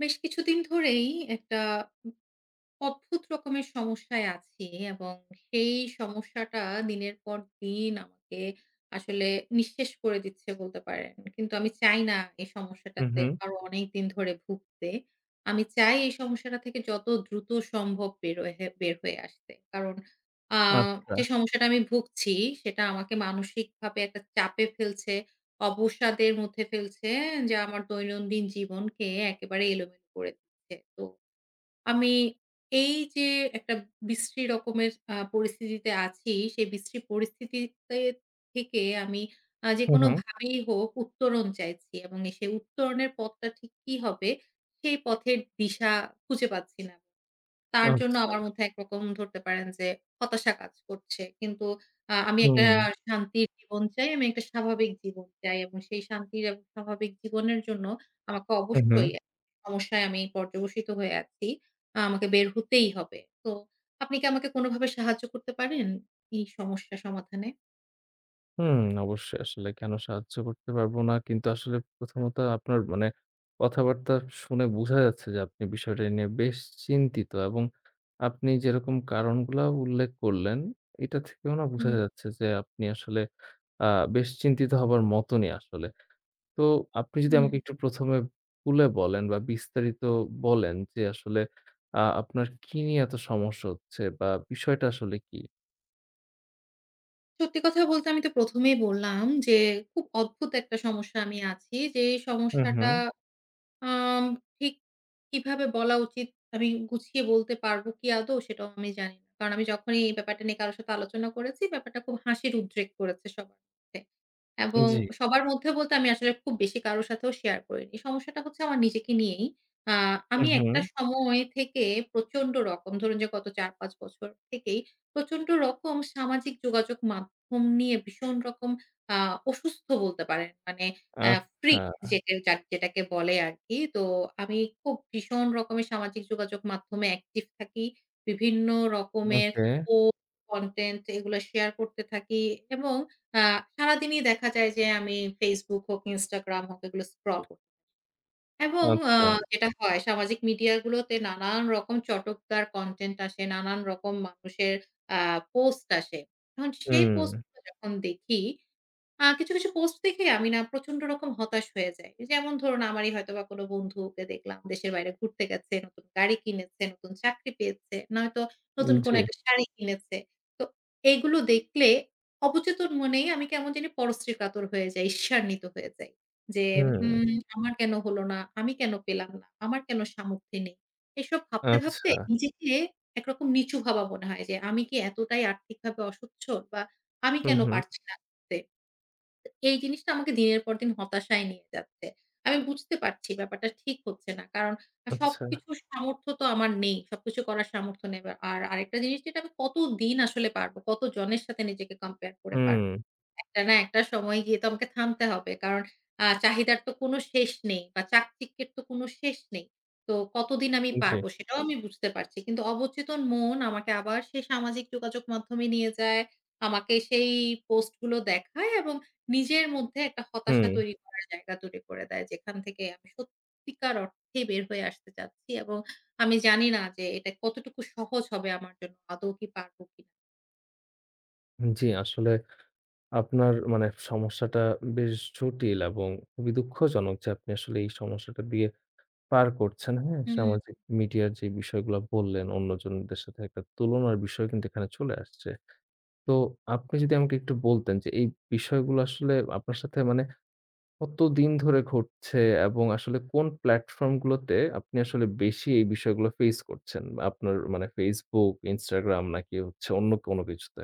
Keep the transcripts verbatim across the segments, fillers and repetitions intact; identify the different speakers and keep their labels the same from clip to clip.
Speaker 1: বেশ কিছুদিন ধরেই একটা অদ্ভুত রকমের সমস্যায় আছি, এবং সেই সমস্যাটা দিনের পর দিন আমাকে আসলে নিঃশেষ করে দিচ্ছে বলতে পারেন। কিন্তু আমি চাই না এই
Speaker 2: হুম,
Speaker 1: সমস্যাটাতে
Speaker 2: হুম।
Speaker 1: আরো অনেকদিন ধরে ভুগতে। আমি চাই এই সমস্যাটা থেকে যত দ্রুত সম্ভব বের হয়ে বের হয়ে আসতে। কারণ আ
Speaker 2: আচ্ছা।
Speaker 1: যে সমস্যাটা আমি ভুগছি সেটা আমাকে মানসিকভাবে একটা চাপে ফেলছে, অবসাদের মধ্যে ফেলছে, যা আমার দৈনন্দিন জীবনকে একেবারে এলোমেলো করে দিচ্ছে। তো আমি এই যে একটা বিশ্রী রকমের আ পরিস্থিতিতে আছি, সেই বিশ্রী পরিস্থিতিতে থেকে আমি আ
Speaker 2: হুম, হুম।
Speaker 1: যেকোনোভাবেই হোক উত্তরণ চাইছি, এবং এই সেই উত্তরণের পথটা ঠিক কি হবে, সেই পথের দিশা খুঁজে পাচ্ছি না। তার জন্য
Speaker 2: আচ্ছা।
Speaker 1: আমার মধ্যে একরকম ধরতে পারেন যে হতাশা কাজ করছে। কিন্তু আ আমি একটা
Speaker 2: হুম,
Speaker 1: শান্তির জীবন চাই। আমি একটা স্বাভাবিক জীবন চাই, এবং সেই শান্তির এবং স্বাভাবিক জীবনের জন্য আমাকে
Speaker 2: হুম, হুম।
Speaker 1: অবশ্যই সমস্যায় আমি পর্যবসিত হয়ে আছি। আ আমাকে বের হতেই হবে। তো আপনি কি আমাকে কোনোভাবে সাহায্য করতে পারেন এই সমস্যা সমাধানে?
Speaker 2: হুম, অবশ্যই আসলে কেন সাহায্য করতে পারবো না? কিন্তু আসলে প্রথমত আপনার মানে কথাবার্তা শুনে বোঝা যাচ্ছে যে আপনি বিষয়টা নিয়ে বেশ চিন্তিত এবং আপনি যেরকম কারণগুলা উল্লেখ করলেন, এটা থেকেও না বোঝা
Speaker 1: হুম,
Speaker 2: যাচ্ছে যে আপনি আসলে আ বেশ চিন্তিত হবার মতনই আসলে। তো আপনি যদি
Speaker 1: হুম।
Speaker 2: আমাকে একটু প্রথম এ খুলে বলেন বা বিস্তারিত বলেন যে আসলে আ আপনার কি নিয়ে এত সমস্যা হচ্ছে বা বিষয়টা আসলে কি?
Speaker 1: সত্যি কথা বলতে আমি তো প্রথম এই বললাম যে খুব অদ্ভুত একটা সমস্যা আমি আছি। যে এই
Speaker 2: হুম,
Speaker 1: সমস্যাটা
Speaker 2: হুম।
Speaker 1: আম ঠিক কিভাবে বলা উচিত, আমি গুছিয়ে বলতে পারব কি আদৌ সেটাও আমি জানি না। কারণ আমি যখনই এই ব্যাপারটা নিয়ে কারো সাথে আলোচনা করেছি, ব্যাপারটা খুব হাসির উদ্রেক করেছে সবার মধ্যে। এবং
Speaker 2: জি।
Speaker 1: সবার মধ্যে বলতে আমি আসলে খুব বেশি কারো সাথেও শেয়ার করিনি। সমস্যাটা হচ্ছে আমার নিজেকে নিয়েই। আ আমি
Speaker 2: হুম, হুম।
Speaker 1: একটা সময় থেকে প্রচন্ড রকম, ধরুন যে গত চার পাঁচ বছর থেকেই, প্রচন্ড রকম সামাজিক যোগাযোগ মাধ্যম নিয়ে ভীষণ রকম আ অসুস্থ বলতে পারেন। মানে আ ফ্রিক
Speaker 2: আচ্ছা।
Speaker 1: যেটা যা যেটাকে বলে আরকি। তো আমি খুব ভীষণ রকমের সামাজিক যোগাযোগ মাধ্যমে অ্যাক্টিভ থাকি। বিভিন্ন রকমের
Speaker 2: ওকে।
Speaker 1: পোস্ট, কনটেন্ট এগুলো শেয়ার করতে থাকি, এবং আ সারাদিনই দেখা যায় যে আমি Facebook হোক, Instagram হোক এগুলো স্ক্রল করি। এবং আ
Speaker 2: আচ্ছা।
Speaker 1: যেটা হয়, সামাজিক মিডিয়া গুলোতে নানান রকম চটকদার কনটেন্ট আসে, নানান রকম মানুষের আ পোস্ট আসে। এখন সেই
Speaker 2: হুম।
Speaker 1: পোস্টগুলো যখন দেখি, আ কিছু, কিছু পোস্ট দেখে আমি না প্রচন্ড রকম হতাশ হয়ে যাই। যেমন ধরুন আমারই হয়তোবা কোনো বন্ধুকে দেখলাম দেশের বাইরে ঘুরতে গেছে, নতুন গাড়ি কিনেছে, নতুন চাকরি পেয়েছে, নয়তো নতুন কোনো
Speaker 2: জি।
Speaker 1: একটা শাড়ি কিনেছে। তো এইগুলো দেখলে অবচেতন মনেই আমি কেমন জানি পরশ্রী কাতর হয়ে যাই, ঈর্ষান্বিত হয়ে যাই। যে
Speaker 2: হুম।
Speaker 1: উম আমার কেন হলো না? আমি কেন পেলাম না? আমার কেন সামর্থ্য নেই? এসব ভাবতে, ভাবতে
Speaker 2: আচ্ছা।
Speaker 1: নিজেকে একরকম নিচু ভাবা মনে হয়, যে আমি কি এতটাই আর্থিকভাবে অসচ্ছল, বা আমি
Speaker 2: হুম,
Speaker 1: কেন
Speaker 2: হুম।
Speaker 1: পারছি না করতে? তো এই জিনিসটা আমাকে দিনের পর দিন হতাশায় নিয়ে যাচ্ছে। আমি বুঝতে পারছি ব্যাপারটা ঠিক হচ্ছে না। কারণ আ
Speaker 2: আচ্ছা।
Speaker 1: সবকিছুর সামর্থ্য তো আমার নেই। সবকিছু করার সামর্থ্য নেই। আর আরেকটা জিনিস, যেটা আমি কতদিন আসলে পারব? কতজনের সাথে নিজেকে কম্পেয়ার করে পারব?
Speaker 2: হুম।
Speaker 1: একটা না একটা সময় গিয়ে তো আমাকে থামতে হবে। কারণ আ চাহিদার তো কোনো শেষ নেই, বা চাকচিক্যের তো কোনো শেষ নেই। তো কতদিন আমি
Speaker 2: জি।
Speaker 1: পারব সেটাও আমি বুঝতে পারছি। কিন্তু অবচেতন মন আমাকে আবার সেই সামাজিক যোগাযোগ মাধ্যমে নিয়ে যায়। আমাকে সেই পোস্ট গুলো দেখায়, এবং নিজের মধ্যে একটা হতাশা
Speaker 2: হুম।
Speaker 1: তৈরি করার জায়গা তৈরি করে দেয়। যেখান থেকে আমি সত্যিকার অর্থে বের হয়ে আসতে চাচ্ছি, এবং আমি জানি না যে এটা কতটুকু সহজ হবে আমার জন্য। আদৌ কি পারব কিনা?
Speaker 2: জি, আসলে আপনার মানে সমস্যাটা বেশ জটিল এবং খুবই দুঃখজনক যে আপনি আসলে এই সমস্যাটা দিয়ে পার করছেন, হ্যাঁ?
Speaker 1: হুম।
Speaker 2: সামাজিক মিডিয়ার যে বিষয়গুলা বললেন, অন্যজনদের সাথে একটা তুলনার বিষয় কিন্তু এখানে চলে আসছে। তো আপনি যদি আমাকে একটু বলতেন যে এই বিষয়গুলো আসলে আপনার সাথে মানে কতদিন ধরে ঘটছে এবং আসলে কোন প্ল্যাটফর্ম গুলোতে আপনি আসলে বেশি এই বিষয়গুলো ফেস করছেন? আপনার মানে Facebook, Instagram নাকি হচ্ছে অন্য কোনো কিছুতে?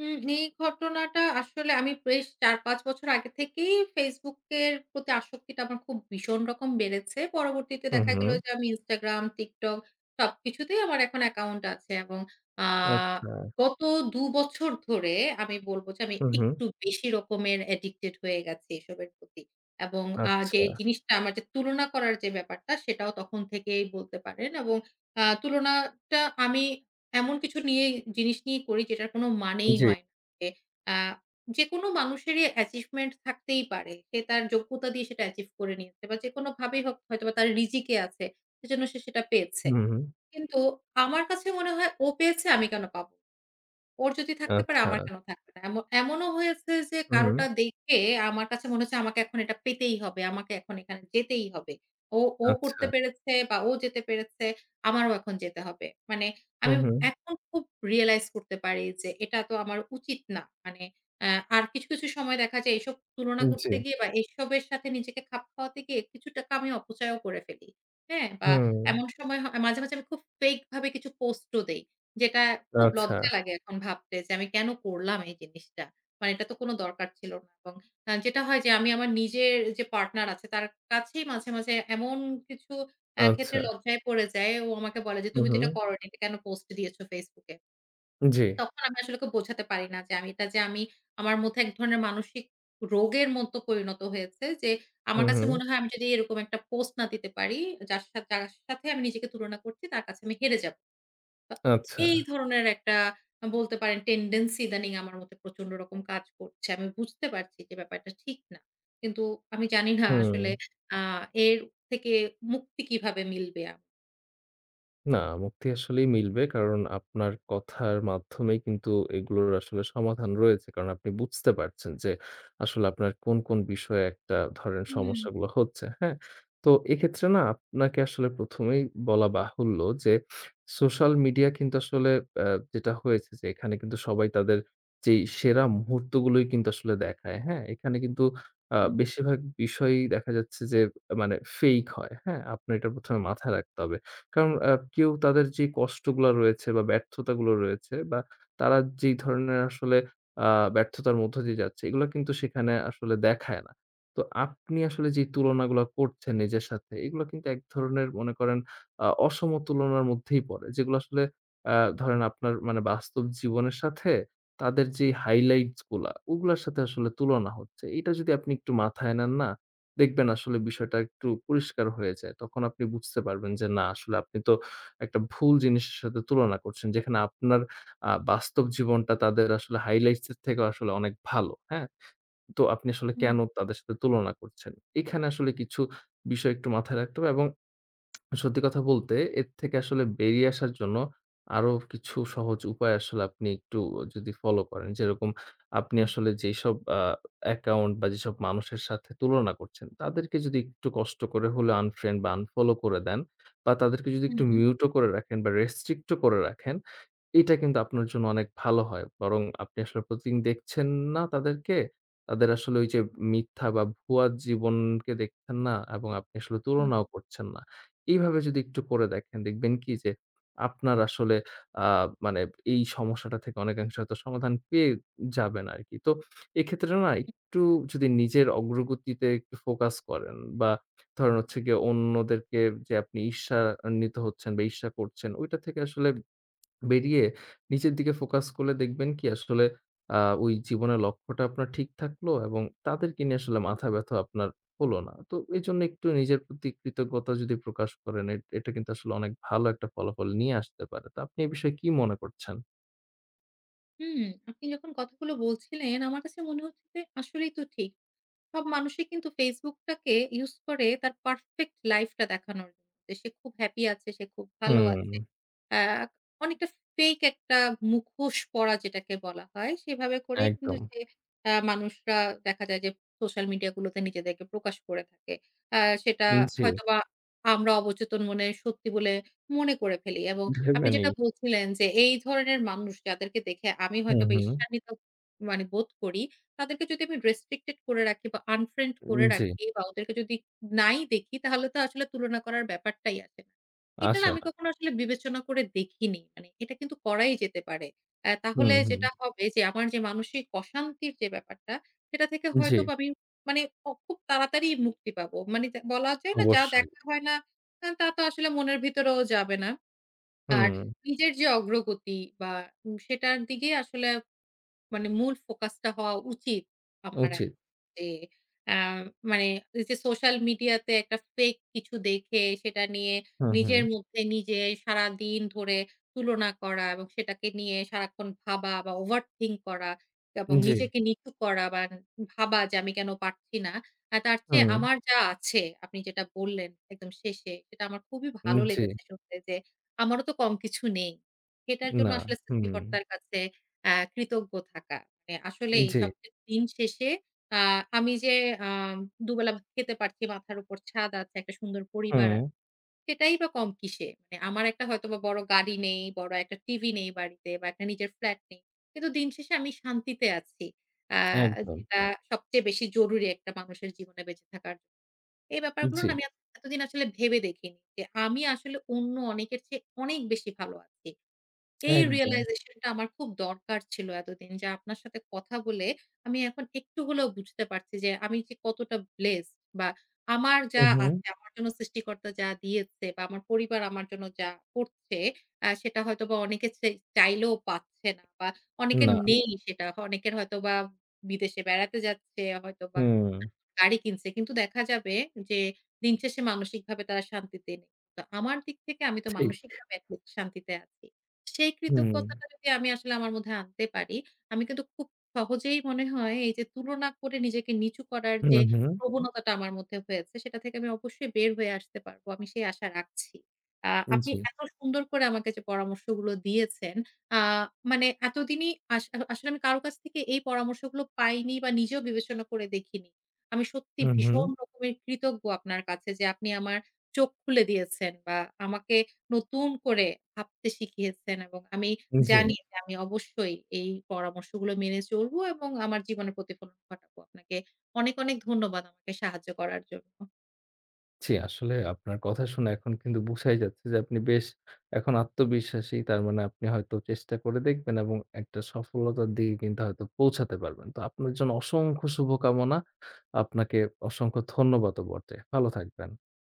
Speaker 1: হুম, এই ঘটনাটা আসলে আমি বেশ চার পাঁচ বছর আগে থেকেই Facebook এর প্রতি আসক্তিটা আমার খুব ভীষণ রকম বেড়েছে। পরবর্তীতে
Speaker 2: হুম,
Speaker 1: দেখা গেল
Speaker 2: হুম।
Speaker 1: যে আমি Instagram, TikTok সবকিছুতেই আমার এখন অ্যাকাউন্ট আছে, এবং আ
Speaker 2: আচ্ছা।
Speaker 1: গত দুই বছর ধরে আমি বলব যে আমি
Speaker 2: হুম, হুম।
Speaker 1: একটু বেশি রকমের অ্যাডিক্টেড হয়ে গেছি এসবের প্রতি। এবং আ যে
Speaker 2: আচ্ছা।
Speaker 1: জিনিসটা, আমার যে তুলনা করার যে ব্যাপারটা সেটাও তখন থেকেই বলতে পারেন। এবং আ তুলনাটা আমি এমন কিছু নিয়ে জিনিস নিয়ে করি যেটার কোনো মানেই
Speaker 2: জি।
Speaker 1: হয় না। যে আ যেকোনো মানুষেরই অ্যাচিভমেন্ট থাকতেই পারে। সে তার যোগ্যতা দিয়ে সেটা অ্যাচিভ করে নিয়েছে, বা যেকোনোভাবেই হোক হয়তোবা তার রিজিকে আছে। সেজন্য সে সেটা পেয়েছে।
Speaker 2: হুম, হুম।
Speaker 1: কিন্তু আমার কাছে মনে হয় ও পেয়েছে, আমি কেন পাবো? না? ওর যদি থাকতে পারে,
Speaker 2: আচ্ছা।
Speaker 1: আমার কেন থাকবে না? এমন এমনও হয়েছে যে
Speaker 2: হুম, হুম।
Speaker 1: কারোটা দেখে আমার কাছে মনে হচ্ছে আমাকে এখন এটা পেতেই হবে। আমাকে এখন এখানে যেতেই হবে। ও, ও
Speaker 2: আচ্ছা।
Speaker 1: করতে পেরেছে বা ও যেতে পেরেছে, আমারও এখন যেতে হবে। মানে আমি
Speaker 2: হুম, হুম।
Speaker 1: এখন খুব রিয়ালাইজ করতে পারি যে এটা তো আমার উচিত না। মানে অ্যা আর কিছু, কিছু সময় দেখা যায় এসব তুলনা
Speaker 2: জি।
Speaker 1: করতে গিয়ে, বা এসবের সাথে নিজেকে খাপ খাওয়াতে গিয়ে কিছু টাকা আমি অপচয়ও করে ফেলি। হ্যাঁ? বা
Speaker 2: হুম।
Speaker 1: এমন সময় হ মাঝে, মাঝে আমি খুব ফেক ভাবে কিছু পোস্টও দেই। যেটা খুব
Speaker 2: আচ্ছা,
Speaker 1: লজ্জা লাগে এখন ভাবতে, যে আমি কেন করলাম এই জিনিসটা? মানে এটা তো কোন দরকার ছিল না। এবং আ যেটা হয় যে আমি আমার নিজের যে পার্টনার আছে তার কাছেই মাঝে, মাঝে এমন কিছু অ্যা ক্ষেত্রে
Speaker 2: আচ্ছা।
Speaker 1: লজ্জায় পড়ে যাই। ও আমাকে বলে যে,
Speaker 2: হু,
Speaker 1: "তুমি তো
Speaker 2: হু।
Speaker 1: এটা করোনি। এটা কেন পোস্ট দিয়েছো Facebook এ?"
Speaker 2: জি।
Speaker 1: তখন আমি আসলে ওকে বোঝাতে পারি না যে আমি এটা, যে আমি, আমার মধ্যে এক ধরনের মানসিক রোগের মতো পরিণত হয়েছে, যে
Speaker 2: হু,
Speaker 1: আমার
Speaker 2: হু।
Speaker 1: কাছে মনে হয় আমি যদি এরকম একটা পোস্ট না দিতে পারি, যার সাথে যার সাথে আমি নিজেকে তুলনা করছি তার কাছে আমি হেরে যাব। আ
Speaker 2: আচ্ছা।
Speaker 1: এই ধরনের একটা বলতে পারেন টেনডেন্সি ইদানিং আমার মধ্যে প্রচন্ড রকম কাজ করছে। আমি বুঝতে পারছি যে ব্যাপারটা ঠিক না। কিন্তু আমি জানি না
Speaker 2: হুম।
Speaker 1: আসলে আ এর থেকে মুক্তি কিভাবে মিলবে। আ
Speaker 2: না, মুক্তি আসলেই মিলবে। কারণ আপনার কথার মাধ্যমেই কিন্তু এগুলোর আসলে সমাধান রয়েছে। কারণ আপনি বুঝতে পারছেন যে আসলে আপনার কোন, কোন বিষয়ে একটা ধরেন
Speaker 1: হুম,
Speaker 2: সমস্যাগুলো হচ্ছে, হ্যাঁ? তো এক্ষেত্রে না আপনাকে আসলে প্রথম এই বলা বাহুল্য যে সোশ্যাল মিডিয়া কিন্তু আসলে অ্যা যেটা হয়েছে যে এখানে কিন্তু সবাই তাদের যেই সেরা মুহূর্তগুলোই কিন্তু আসলে দেখায়, হ্যাঁ? এখানে কিন্তু আ
Speaker 1: হুম,
Speaker 2: বেশিরভাগ বিষয়ই দেখা যাচ্ছে যে মানে ফেইক হয়, হ্যাঁ? আপনার এটা প্রথম এ মাথায় রাখতে হবে। কারণ আ কেউ তাদের যে কষ্টগুলা রয়েছে বা ব্যর্থতাগুলো রয়েছে বা তারা যেই ধরনের আসলে আ ব্যর্থতার মধ্য দিয়ে যাচ্ছে, এগুলা কিন্তু সেখানে আসলে দেখায় না। তো আপনি আসলে যে তুলনাগুলা করছেন নিজের সাথে, এগুলা কিন্তু এক ধরনের মনে করেন আ অসম তুলনার মধ্যেই পড়ে। যেগুলো আসলে আ ধরেন আপনার মানে বাস্তব জীবনের সাথে তাদের যে highlights গুলা, ওগুলার সাথে আসলে তুলনা হচ্ছে। এটা যদি আপনি একটু মাথায় নেন না দেখবেন আসলে বিষয়টা একটু পরিষ্কার হয়ে যায়। তখন আপনি বুঝতে পারবেন যে না আসলে আপনি তো একটা ভুল জিনিসের সাথে তুলনা করছেন। যেখানে আপনার আ বাস্তব জীবনটা তাদের আসলে হাইলাইটস এর থেকেও আসলে অনেক ভালো। হ্যাঁ? তো আপনি আসলে
Speaker 1: হুম,
Speaker 2: কেন তাদের সাথে তুলনা করছেন? এখানে আসলে কিছু বিষয় একটু মাথায় রাখতে হবে এবং সত্যি কথা বলতে এর থেকে আসলে বেরিয়ে আসার জন্য আরো কিছু সহজ উপায় আসলে আপনি একটু যদি ফলো করেন। যেরকম আপনি
Speaker 1: হুম,
Speaker 2: আসলে যেসব আ অ্যাকাউন্ট বা যেসব মানুষের সাথে তুলনা করছেন, তাদেরকে যদি একটু কষ্ট করে হলেও আনফ্রেন্ড বা আনফলো করে দেন বা তাদেরকে যদি একটু
Speaker 1: হুম,
Speaker 2: মিউট ও করে রাখেন বা রেস্ট্রিক্ট ও করে রাখেন, এটা কিন্তু আপনার জন্য অনেক ভালো হয়। বরং আপনি আসলে প্রতিদিন দেখছেন না তাদেরকে। তাদের আসলে ওই যে মিথ্যা বা ভুয়া জীবনকে দেখছেন না এবং আপনি আসলে
Speaker 1: হুম।
Speaker 2: তুলনাও করছেন না। এইভাবে যদি একটু করে দেখেন দেখবেন কি যে আপনার আসলে আ মানে এই সমস্যাটা থেকে অনেকাংশে হয়তো সমাধান পেয়ে যাবেন আরকি। তো এক্ষেত্রে না একটু যদি নিজের অগ্রগতিতে একটু ফোকাস করেন বা ধরেন হচ্ছে গিয়ে অন্যদেরকে যে আপনি ঈর্ষান্বিত হচ্ছেন বা ঈর্ষা করছেন ওইটা থেকে আসলে বেরিয়ে নিচের দিকে ফোকাস করলে দেখবেন কি আসলে আ ওই জীবনের লক্ষ্যটা আপনার ঠিক থাকলো এবং তাদেরকে নিয়ে আসলে মাথা ব্যথা আপনার হলো না। তো এজন্য একটু নিজের প্রতি কৃতজ্ঞতা যদি প্রকাশ করেন এট এটা কিন্তু আসলে অনেক ভালো একটা ফলাফল নিয়ে আসতে পারে। তো আপনি এ বিষয়ে কি মনে করছেন?
Speaker 1: হুম, আপনি যখন কথাগুলো বলছিলেন আমার কাছে মনে হচ্ছে যে আসলেই তো ঠিক। সব মানুষই কিন্তু Facebook টাকে ইউজ করে তার পারফেক্ট লাইফটা দেখানোর জন্য। যে সে খুব হ্যাপি আছে, সে খুব ভালো আছে।
Speaker 2: হুম,
Speaker 1: আ অনেকটা ফেক একটা মুখোশ পরা যেটাকে বলা হয়, সেভাবে করেই কিন্তু
Speaker 2: একদম।
Speaker 1: সে আ মানুষরা দেখা যায় যে সোশ্যাল মিডিয়া গুলোতে নিজেদেরকে প্রকাশ করে থাকে। আ সেটা
Speaker 2: জি,
Speaker 1: হয়তোবা আমরা অবচেতন মনে সত্যি বলে মনে করে ফেলি। এবং আপনি
Speaker 2: ভেবে
Speaker 1: যেটা
Speaker 2: নেই।
Speaker 1: বলছিলেন যে এই ধরনের মানুষ যাদেরকে দেখে আমি
Speaker 2: হুম,
Speaker 1: হয়তোবা
Speaker 2: হুম।
Speaker 1: ঈর্ষান্বিত মানে বোধ করি, তাদেরকে যদি আমি রেস্ট্রিক্টেড করে রাখি বা আনফ্রেন্ড করে
Speaker 2: জি,
Speaker 1: রাখি, বা ওদেরকে যদি নাই দেখি, তাহলে তো আসলে তুলনা করার ব্যাপারটাই আসে না। এটা না
Speaker 2: আসে
Speaker 1: আমি
Speaker 2: না।
Speaker 1: কখনো আসলে বিবেচনা করে দেখিনি। মানে এটা কিন্তু করাই যেতে পারে। অ্যা
Speaker 2: হুম,
Speaker 1: তাহলে
Speaker 2: হুম।
Speaker 1: যেটা হবে যে আমার যে মানসিক অশান্তির যে ব্যাপারটা, সেটা থেকে
Speaker 2: জি,
Speaker 1: হয়তোবা আমি মানে অ খুব তাড়াতাড়ি মুক্তি পাবো। মানে যা বলা যায় না, যা
Speaker 2: অবশ্যই।
Speaker 1: দেখা হয় না, আ তা তো আসলে মনের ভিতরেও যাবে না। আর
Speaker 2: হুম,
Speaker 1: নিজের যে অগ্রগতি বা উম সেটার দিকেই আসলে মানে মূল ফোকাসটা হওয়া উচিত আমার এখন।
Speaker 2: উচিত।
Speaker 1: যে আ মানে এই যে সোশ্যাল মিডিয়াতে একটা ফেক কিছু দেখে সেটা নিয়ে
Speaker 2: হুম, হুম।
Speaker 1: নিজের মধ্যে নিজে সারাদিন ধরে তুলনা করা, এবং সেটাকে নিয়ে সারাক্ষণ ভাবা বা ওভারথিংক করা, এবং
Speaker 2: জি,
Speaker 1: নিজেকে নিচু করা বা ভাবা যে আমি কেন পারছি না। আ তার চেয়ে
Speaker 2: হুম,
Speaker 1: আমার যা আছে, আপনি যেটা বললেন একদম শেষে, সেটা আমার খুবই ভালো
Speaker 2: জি,
Speaker 1: লেগেছে শুনতে, যে আমারও তো কম কিছু নেই। সেটার জন্য
Speaker 2: না।
Speaker 1: আসলে
Speaker 2: হুম,
Speaker 1: সৃষ্টিকর্তার কাছে আ কৃতজ্ঞ থাকা। মানে আসলেই
Speaker 2: জি।
Speaker 1: সবচেয়ে দিন শেষে আ আমি যে আম দুবেলা ভাত খেতে পারছি, মাথার উপর ছাদ আছে, একটা সুন্দর পরিবার
Speaker 2: হুম,
Speaker 1: আছে। সেটাই বা কম কিসে? মানে আমার একটা হয়তোবা বড় গাড়ি নেই, বড় একটা টিভি নেই বাড়িতে, বা একটা নিজের ফ্ল্যাট নেই। কিন্তু দিন শেষে আমি শান্তিতে আছি। আ
Speaker 2: একদম।
Speaker 1: যেটা সবচেয়ে বেশি জরুরি একটা মানুষের জীবনে বেঁচে থাকার জন্য। এই ব্যাপারগুলো
Speaker 2: জি,
Speaker 1: না আমি এত এতদিন আসলে ভেবে দেখিনি। যে আমি আসলে অন্য অনেকের চেয়ে অনেক বেশি ভালো আছি। এই
Speaker 2: একদম।
Speaker 1: realization টা আমার খুব দরকার ছিল এতদিন, যে আপনার সাথে কথা বলে আমি এখন একটু হলেও বুঝতে পারছি যে আমি যে কতটা blessed, বা আমার যা
Speaker 2: হু, হু।
Speaker 1: আছে, আমার জন্য সৃষ্টিকর্তা যা দিয়েছে বা আমার পরিবার আমার জন্য যা করছে, আ সেটা হয়তোবা অনেকে চে চাইলেও পাচ্ছে না, বা অনেকের
Speaker 2: না,
Speaker 1: নেই সেটা। অনেকের হয়তোবা বিদেশে বেড়াতে যাচ্ছে, হয়তোবা
Speaker 2: হুম,
Speaker 1: গাড়ি কিনছে। কিন্তু দেখা যাবে যে দিন শেষে মানসিকভাবে তারা শান্তিতে নেই। তো আমার দিক থেকে আমি তো
Speaker 2: ঠিক।
Speaker 1: মানসিকভাবে at least শান্তিতে আছি। সেই
Speaker 2: হুম,
Speaker 1: কৃতজ্ঞতাটা যদি আমি আসলে আমার মধ্যে আনতে পারি, আমি কিন্তু খুব সহজেই মনে হয় এই যে তুলনা করে নিজেকে নিচু করার
Speaker 2: হু,
Speaker 1: যে, হুম,
Speaker 2: হু।
Speaker 1: প্রবণতাটা আমার মধ্যে হয়েছে, সেটা থেকে আমি অবশ্যই বের হয়ে আসতে পারবো। আমি সেই আশা রাখছি। আ আপনি
Speaker 2: জি,
Speaker 1: এত সুন্দর করে আমাকে যে পরামর্শগুলো দিয়েছেন, আ মানে এতদিনই আস আসলে আমি কারো কাছ থেকে এই পরামর্শগুলো পাইনি বা নিজেও বিবেচনা করে দেখিনি। আমি সত্যি
Speaker 2: হু, হু।
Speaker 1: ভীষণ রকমের কৃতজ্ঞ আপনার কাছে যে আপনি আমার চোখ খুলে দিয়েছেন, বা আমাকে নতুন করে ভাবতে শিখিয়েছেন, এবং আমি, হুম,
Speaker 2: জি,
Speaker 1: জানি যে আমি অবশ্যই এই পরামর্শগুলো মেনে চলবো এবং আমার জীবনে প্রতিফলন ঘটাবো। আপনাকে অনেক, অনেক ধন্যবাদ আমাকে সাহায্য করার জন্য।
Speaker 2: জি। আসলে আপনার কথা শুনে এখন কিন্তু বুঝাই যাচ্ছে যে আপনি বেশ এখন আত্মবিশ্বাসী। তার মানে আপনি হয়তো চেষ্টা করে দেখবেন এবং একটা সফলতার দিকে কিন্তু হয়তো পৌঁছাতে পারবেন। তো আপনার জন্য অসংখ্য শুভকামনা। আপনাকে অসংখ্য ধন্যবাদও বটে। ভালো থাকবেন।